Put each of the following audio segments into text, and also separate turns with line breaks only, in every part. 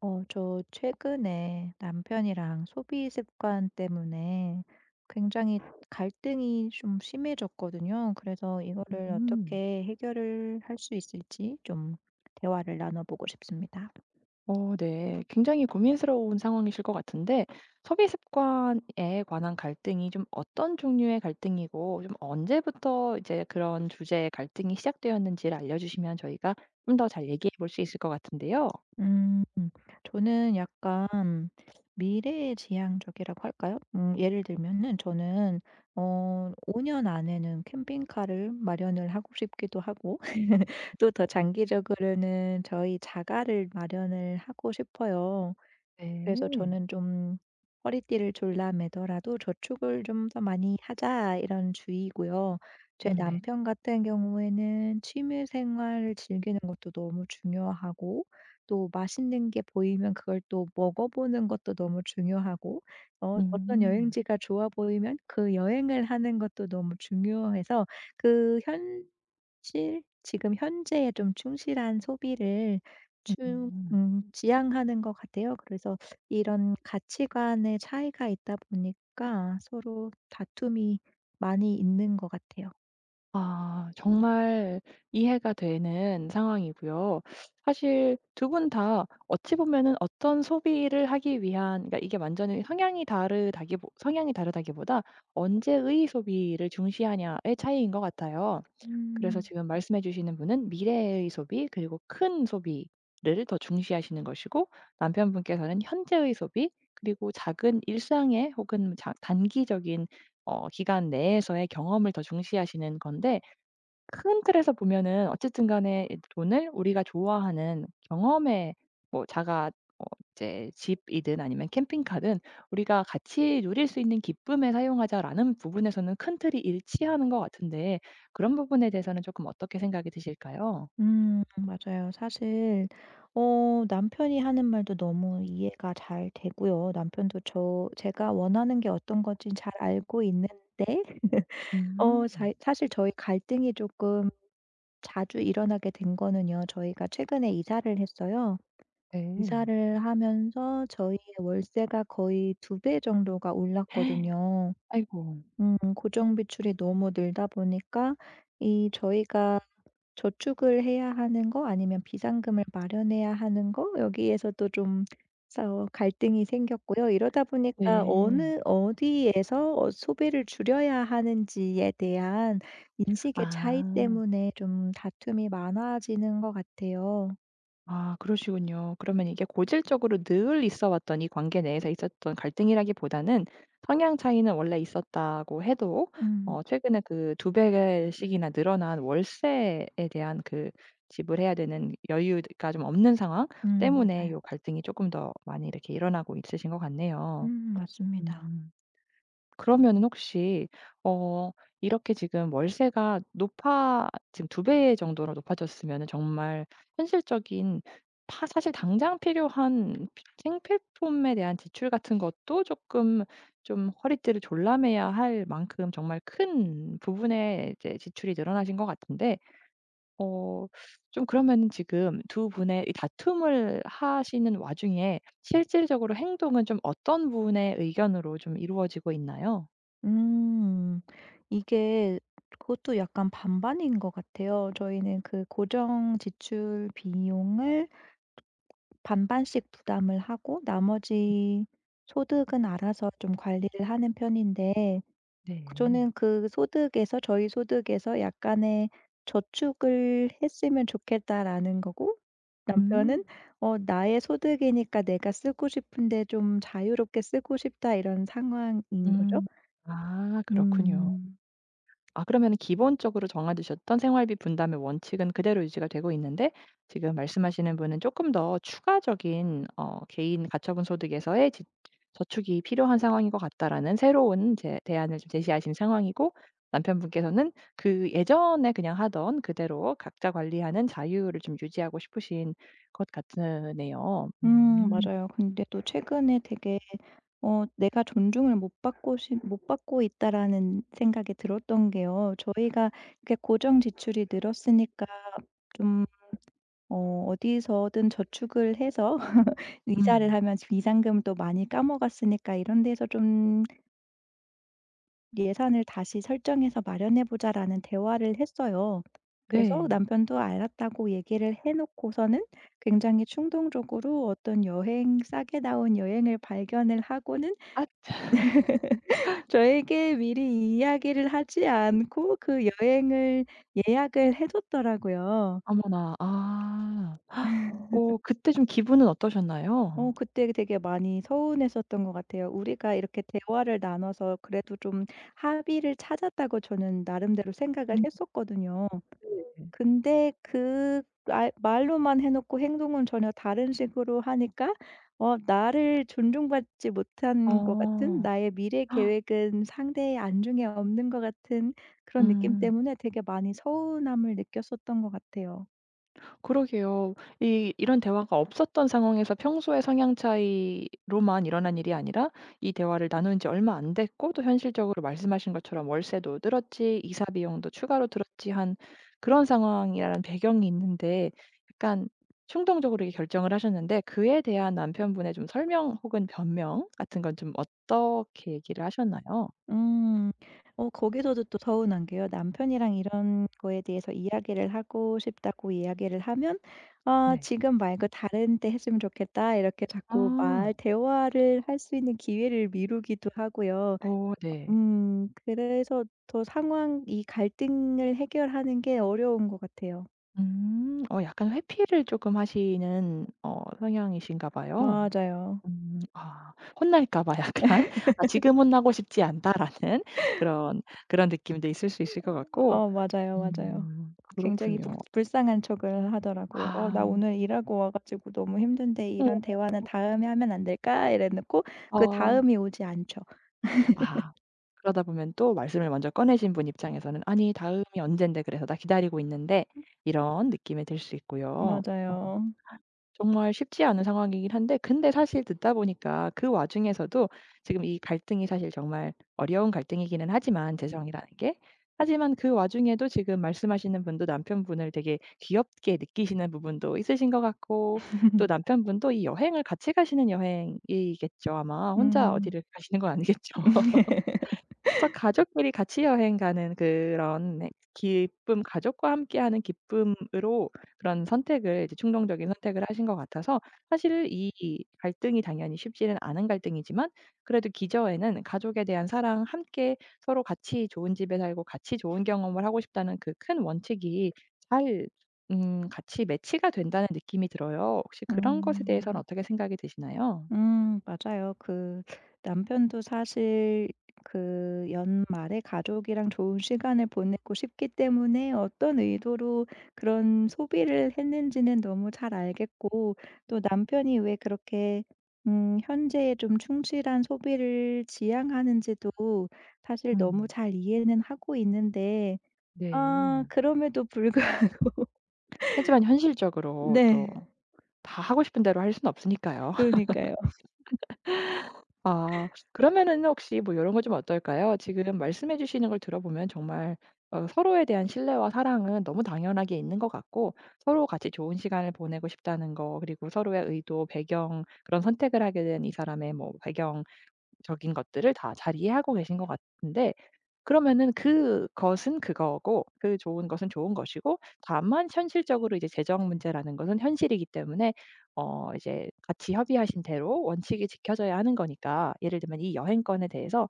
저 최근에 남편이랑 소비 습관 때문에 굉장히 갈등이 좀 심해졌거든요. 그래서 이거를
음.
어떻게 해결을 할 수 있을지 좀 대화를 나눠보고 싶습니다.
네. 굉장히 고민스러운 상황이실 것 같은데, 소비 습관에 관한 갈등이 좀 어떤 종류의 갈등이고, 좀 언제부터 이제 그런 주제의 갈등이 시작되었는지를 알려주시면 저희가 좀 더 잘 얘기해 볼 수 있을 것 같은데요.
음. 저는 약간 미래 지향적이라고 할까요? 예를 들면은 저는 어 5년 안에는 캠핑카를 마련을 하고 싶기도 하고 또 더 장기적으로는 저희 자가를 마련을 하고 싶어요. 그래서
네.
저는 좀 허리띠를 졸라매더라도 '저축을 좀 더 많이 하자.' 이런 주의고요. 제
네.
남편 같은 경우에는 취미 생활을 즐기는 것도 너무 중요하고, 또 맛있는 게 보이면 그걸 또 먹어보는 것도 너무 중요하고, 어떤
음.
여행지가 좋아 보이면 그 여행을 하는 것도 너무 중요해서 그 현실, 지금 현재에 좀 충실한 소비를 추
음.
지향하는 것 같아요. 그래서 이런 가치관의 차이가 있다 보니까 서로 다툼이 많이 있는 것 같아요.
아, 정말 이해가 되는 상황이고요. 사실 두 분 다 어찌 보면은 어떤 소비를 하기 위한, 그러니까 이게 완전히 성향이 다르다기보다 "언제의 소비를 중시하냐."의 차이인 것 같아요. 그래서
음
지금 말씀해 주시는 분은 미래의 소비, 그리고 큰 소비를 더 중시하시는 것이고, 남편분께서는 현재의 소비, 그리고 작은 일상의 혹은 자 단기적인 기간 내에서의 경험을 더 중시하시는 건데, 큰 틀에서 보면은 어쨌든 간에 이 돈을 우리가 좋아하는 경험에, 뭐 자가, 어 이제 집이든 아니면 캠핑카든 '우리가 같이 누릴 수 있는 기쁨에 사용하자.'라는 부분에서는 큰 틀이 일치하는 것 같은데, 그런 부분에 대해서는 조금 어떻게 생각이 드실까요?
맞아요. 사실 남편이 하는 말도 너무 이해가 잘 되고요. 남편도 제가 원하는 게 어떤 건지 잘 알고 있는데.
음.
어 사실 저희 갈등이 조금 자주 일어나게 된 거는요, 저희가 최근에 이사를 했어요.
네.
이사를 하면서 저희의 월세가 거의 두 배 정도가 올랐거든요.
아이고.
고정 비출이 너무 늘다 보니까 이 저희가 저축을 해야 하는 거, 아니면 비상금을 마련해야 하는 거, 여기에서도 좀 싸워 갈등이 생겼고요. 이러다 보니까
네.
어느, 어디에서 소비를 줄여야 하는지에 대한 인식의 차이
아.
때문에 좀 다툼이 많아지는 것 같아요.
아, 그러시군요. 그러면 이게 고질적으로 늘 있어 왔던 이 관계 내에서 있었던 갈등이라기보다는, 성향 차이는 원래 있었다고 해도
음
최근에 그 두 배씩이나 늘어난 월세에 대한, 그 지불해야 되는 여유가 좀 없는 상황 때문에 요
맞아요.
갈등이 조금 더 많이 이렇게 일어나고 있으신 것 같네요.
맞습니다.
음.
그-
그러면은 혹시, 어 이렇게 지금 월세가 높아 지금 두 배 정도로 높아졌으면은 정말 현실적인, 파 사실 당장 필요한 피 생필품에 대한 지출 같은 것도 조금, 좀 허리띠를 졸라매야 할 만큼 정말 큰 부분의 이제 지출이 늘어나신 것 같은데, 어 좀 그러면은 지금 두 분의 이 다툼을 하시는 와중에 실질적으로 행동은 좀 어떤 분의 의견으로 좀 이루어지고 있나요?
음. 이게, 그것도 약간 반반인 것 같아요. 저희는 그 고정 지출 비용을 반반씩 부담을 하고, 나머지 소득은 알아서 좀 관리를 하는 편인데,
네.
저는 그 소득에서 저희 소득에서 약간의 '저축을 했으면 좋겠다.'라는 거고,
음.
남편은 '나의 소득이니까 내가 쓰고 싶은데 좀 자유롭게 쓰고 싶다.' 이런 상황인 거죠.
음. 아, 그렇군요.
음.
아, 그러면은 기본적으로 정해두셨던 생활비 분담의 원칙은 그대로 유지가 되고 있는데, 지금 말씀하시는 분은 조금 더 추가적인, '개인 가처분 소득에서의 지 저축이 필요한 상황인 것 같다.'라는 새로운 제 대안을 좀 제시하신 상황이고, 남편분께서는 그 예전에 그냥 하던 그대로 각자 관리하는 자유를 좀 유지하고 싶으신 것 같으네요. 음.
맞아요. 근데 또 최근에 되게 '내가 존중을 못 받고 있다.'라는 생각이 들었던 게요. 저희가 이렇게 고정 지출이 늘었으니까 좀, 어디서든 저축을 해서, 이자를
음.
하면, 지금 이자금도 많이 까먹었으니까 이런 데서 좀 예산을 다시 설정해서 마련해 보자라는 대화를 했어요. 그래서
네.
남편도 알았다고 얘기를 해 놓고서는, 굉장히 충동적으로 어떤 여행, 싸게 나온 여행을 발견을 하고는 저에게 미리 이야기를 하지 않고 그 여행을 예약을 해 줬더라고요.
어머나. 아. 그때 좀 기분은 어떠셨나요?
그때 되게 많이 서운했었던 것 같아요. 우리가 이렇게 대화를 나눠서 그래도 좀 합의를 찾았다고 저는 나름대로 생각을
음
했었거든요.
네.
근데 그 말 말로만 해 놓고 행동은 전혀 다른 식으로 하니까, 나를 존중받지 못한 것 같은,
어.
나의 미래 계획은 상대의 안중에 없는 것 같은 그런 느낌
음.
때문에 되게 많이 서운함을 느꼈었던 것 같아요.
그러게요. 이 이런 대화가 없었던 상황에서 평소의 성향 차이로만 일어난 일이 아니라, 이 대화를 나눈 지 얼마 안 됐고 또 현실적으로 말씀하신 것처럼 월세도 늘었지, 이사 비용도 추가로 들었지 한 그런 상황이라는 배경이 있는데, 약간 충동적으로 이렇게 결정을 하셨는데, 그에 대한 남편분의 좀 설명 혹은 변명 같은 건 좀 어떻게 얘기를 하셨나요?
음. 거기서도 또 서운한 게요, 남편이랑 이런 거에 대해서 이야기를 하고 싶다고 이야기를 하면 "아,
네.
지금 말고 다른 때 했으면 좋겠다." 이렇게 자꾸
아.
말 대화를 할 수 있는 기회를 미루기도 하고요.
오 네.
그래서 더, 상황 이 갈등을 해결하는 게 어려운 것 같아요.
음. 약간 회피를 조금 하시는 성향이신가 봐요.
맞아요.
음. 아, 혼날까 봐 약간 '아, 지금 혼나고 싶지 않다.'라는 그런, 그런 느낌도 있을 수 있을 것 같고.
맞아요, 맞아요.
음.
굉장히 불
그렇군요.
불쌍한 척을 하더라고요. "어, 나
아.
오늘 일하고 와 가지고 너무 힘든데 이런
어.
대화는 다음에 하면 안 될까?" 이래 놓고 그
어.
다음이 오지 않죠.
아. 그러다 보면 또 말씀을 먼저 꺼내신 분 입장에서는 '아니, 다음이 언젠데, 그래서 나 기다리고 있는데.' 이런 느낌이 들 수 있고요. 어.
맞아요.
정말 쉽지 않은 상황이긴 한데, 근데 사실 듣다 보니까 그 와중에서도 지금 이 갈등이 사실 정말 어려운 갈등이기는 하지만, 재정이라는 게. 하지만 그 와중에도 지금 말씀하시는 분도 남편분을 되게 귀엽게 느끼시는 부분도 있으신 것 같고, 또 남편분도 이 여행을 같이 가시는 여행이겠죠, 아마. 혼자
음.
어디를 가시는 건 아니겠죠? 그래서 가족끼리 같이 여행 가는 그런, 네, 기쁨, 가족과 함께하는 기쁨으로 그런 선택을, 이제 충동적인 선택을 하신 것 같아서, 사실 이 갈등이 당연히 쉽지는 않은 갈등이지만, 그래도 기저에는 가족에 대한 사랑, 함께 서로 같이 좋은 집에 살고 같이 좋은 경험을 하고 싶다는 그 큰 원칙이 잘, 같이 매치가 된다는 느낌이 들어요. 혹시 그런 것에 대해서는
음.
어떻게 생각이 드시나요?
맞아요. 그, 남편도 사실 그 연말에 가족이랑 좋은 시간을 보내고 싶기 때문에 어떤 의도로 그런 소비를 했는지는 너무 잘 알겠고, 또 남편이 왜 그렇게 현재에 좀 충실한 소비를 지향하는지도 사실 너무
음.
잘 이해는 하고 있는데. 아,
네.
그럼에도 불구하고.
하지만 현실적으로 또
네.
다 하고 싶은 대로 할 수는 없으니까요.
그러니까요.
아, 그러면은 혹시 뭐 이런 거 좀 어떨까요? 지금 말씀해 주시는 걸 들어보면 정말, 서로에 대한 신뢰와 사랑은 너무 당연하게 있는 것 같고, 서로 같이 좋은 시간을 보내고 싶다는 거, 그리고 서로의 의도, 배경, 그런 선택을 하게 된 이 사람의 뭐 배경적인 것들을 다 잘 이해하고 계신 것 같은데, 그러면은 그것은 그거고 그 좋은 것은 좋은 것이고, 다만 현실적으로 이제 재정 문제라는 것은 현실이기 때문에, 이제 같이 협의하신 대로 원칙이 지켜져야 하는 거니까, 예를 들면 이 여행권에 대해서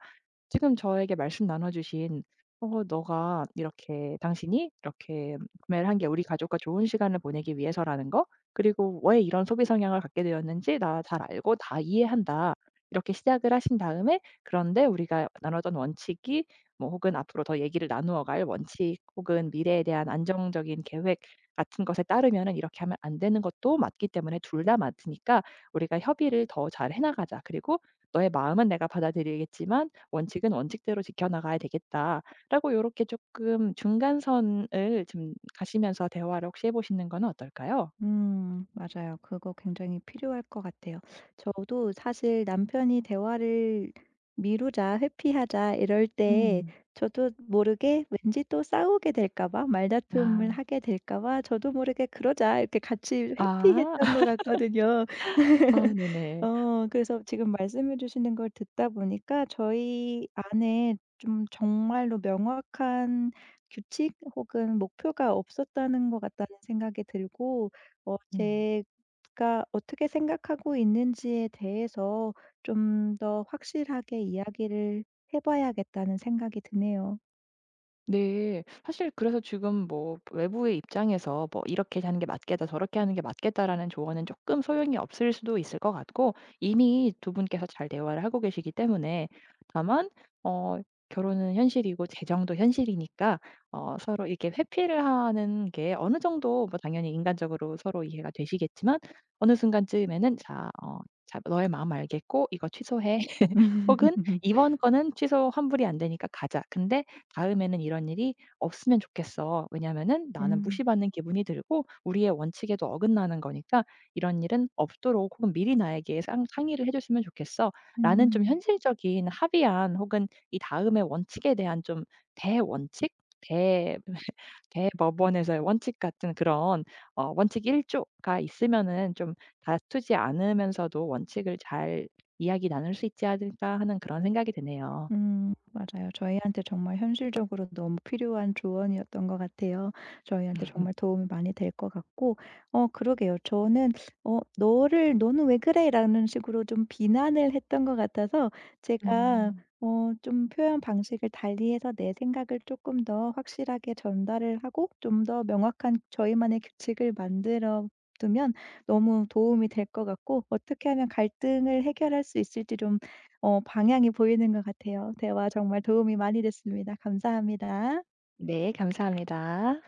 지금 저에게 말씀 나눠 주신, 너가 이렇게 당신이 이렇게 구매를 한 게 우리 가족과 좋은 시간을 보내기 위해서."라는 거, 그리고 "왜 이런 소비 성향을 갖게 되었는지 나 잘 알고 다 이해한다." 이렇게 시작을 하신 다음에 "그런데 우리가 나눴던 원칙이, 뭐 혹은 앞으로 더 얘기를 나누어 갈 원칙, 혹은 미래에 대한 안정적인 계획 같은 것에 따르면은 이렇게 하면 안 되는 것도 맞기 때문에, 둘 다 맞으니까 우리가 협의를 더 잘 해 나가자. 그리고 너의 마음은 내가 받아들이겠지만 원칙은 원칙대로 지켜 나가야 되겠다.'라고 요렇게 조금 중간선을 좀 가시면서 대화를 혹시 해 보시는 건 어떨까요?
맞아요. 그거 굉장히 필요할 것 같아요. 저도 사실 남편이 대화를 미루자, 회피하자 이럴 때,
음.
저도 모르게 왠지 또 싸우게 될까 봐,
아.
말다툼을 하게 될까 봐 저도 모르게 "그러자." 이렇게 같이
아.
회피했던 것 같거든요.
아, 네네.
그래서 지금 말씀해 주시는 걸 듣다 보니까 저희 안에 좀 정말로 명확한 규칙 혹은 목표가 없었다는 것 같다는 생각이 들고,
음.
제가 어떻게 생각하고 있는지에 대해서 좀 더 확실하게 이야기를 해 봐야겠다는 생각이 드네요.
네. 사실 그래서 지금 뭐 외부의 입장에서 뭐 "이렇게 하는 게 맞겠다. 저렇게 하는 게 맞겠다."라는 조언은 조금 소용이 없을 수도 있을 것 같고, 이미 두 분께서 잘 대화를 하고 계시기 때문에. 다만, 어 결혼은 현실이고 재정도 현실이니까, 서로 이렇게 회피를 하는 게 어느 정도, 뭐 당연히 인간적으로 서로 이해가 되시겠지만, 어느 순간쯤에는 "자, 자, 너의 마음 알겠고 이거 취소해." 혹은 "이번 거는 취소 환불이 안 되니까 가자. 근데 다음에는 이런 일이 없으면 좋겠어. 왜냐하면은 나는
음.
무시받는 기분이 들고 우리의 원칙에도 어긋나는 거니까 이런 일은 없도록, 혹은 미리 나에게 상 상의를 해 줬으면 좋겠어."라는 좀
음.
현실적인 합의안, 혹은 이 다음의 원칙에 대한 좀 대원칙? 대 대법원에서의 원칙 같은 그런, 원칙 1 조가 있으면은 좀 다투지 않으면서도 원칙을 잘 이야기 나눌 수 있지 않을까 하는 그런 생각이 드네요.
맞아요. 저희한테 정말 현실적으로 너무 필요한 조언이었던 것 같아요. 저희한테 정말 도움이 많이 될 것 같고. 그러게요. 저는 "너를 너는 왜 그래?"라는 식으로 좀 비난을 했던 것 같아서, 제가
음.
좀 표현 방식을 달리해서 내 생각을 조금 더 확실하게 전달을 하고 좀 더 명확한 저희만의 규칙을 만들어 두면 너무 도움이 될 것 같고, 어떻게 하면 갈등을 해결할 수 있을지 좀 방향이 보이는 것 같아요. 대화 정말 도움이 많이 됐습니다. 감사합니다.
네, 감사합니다.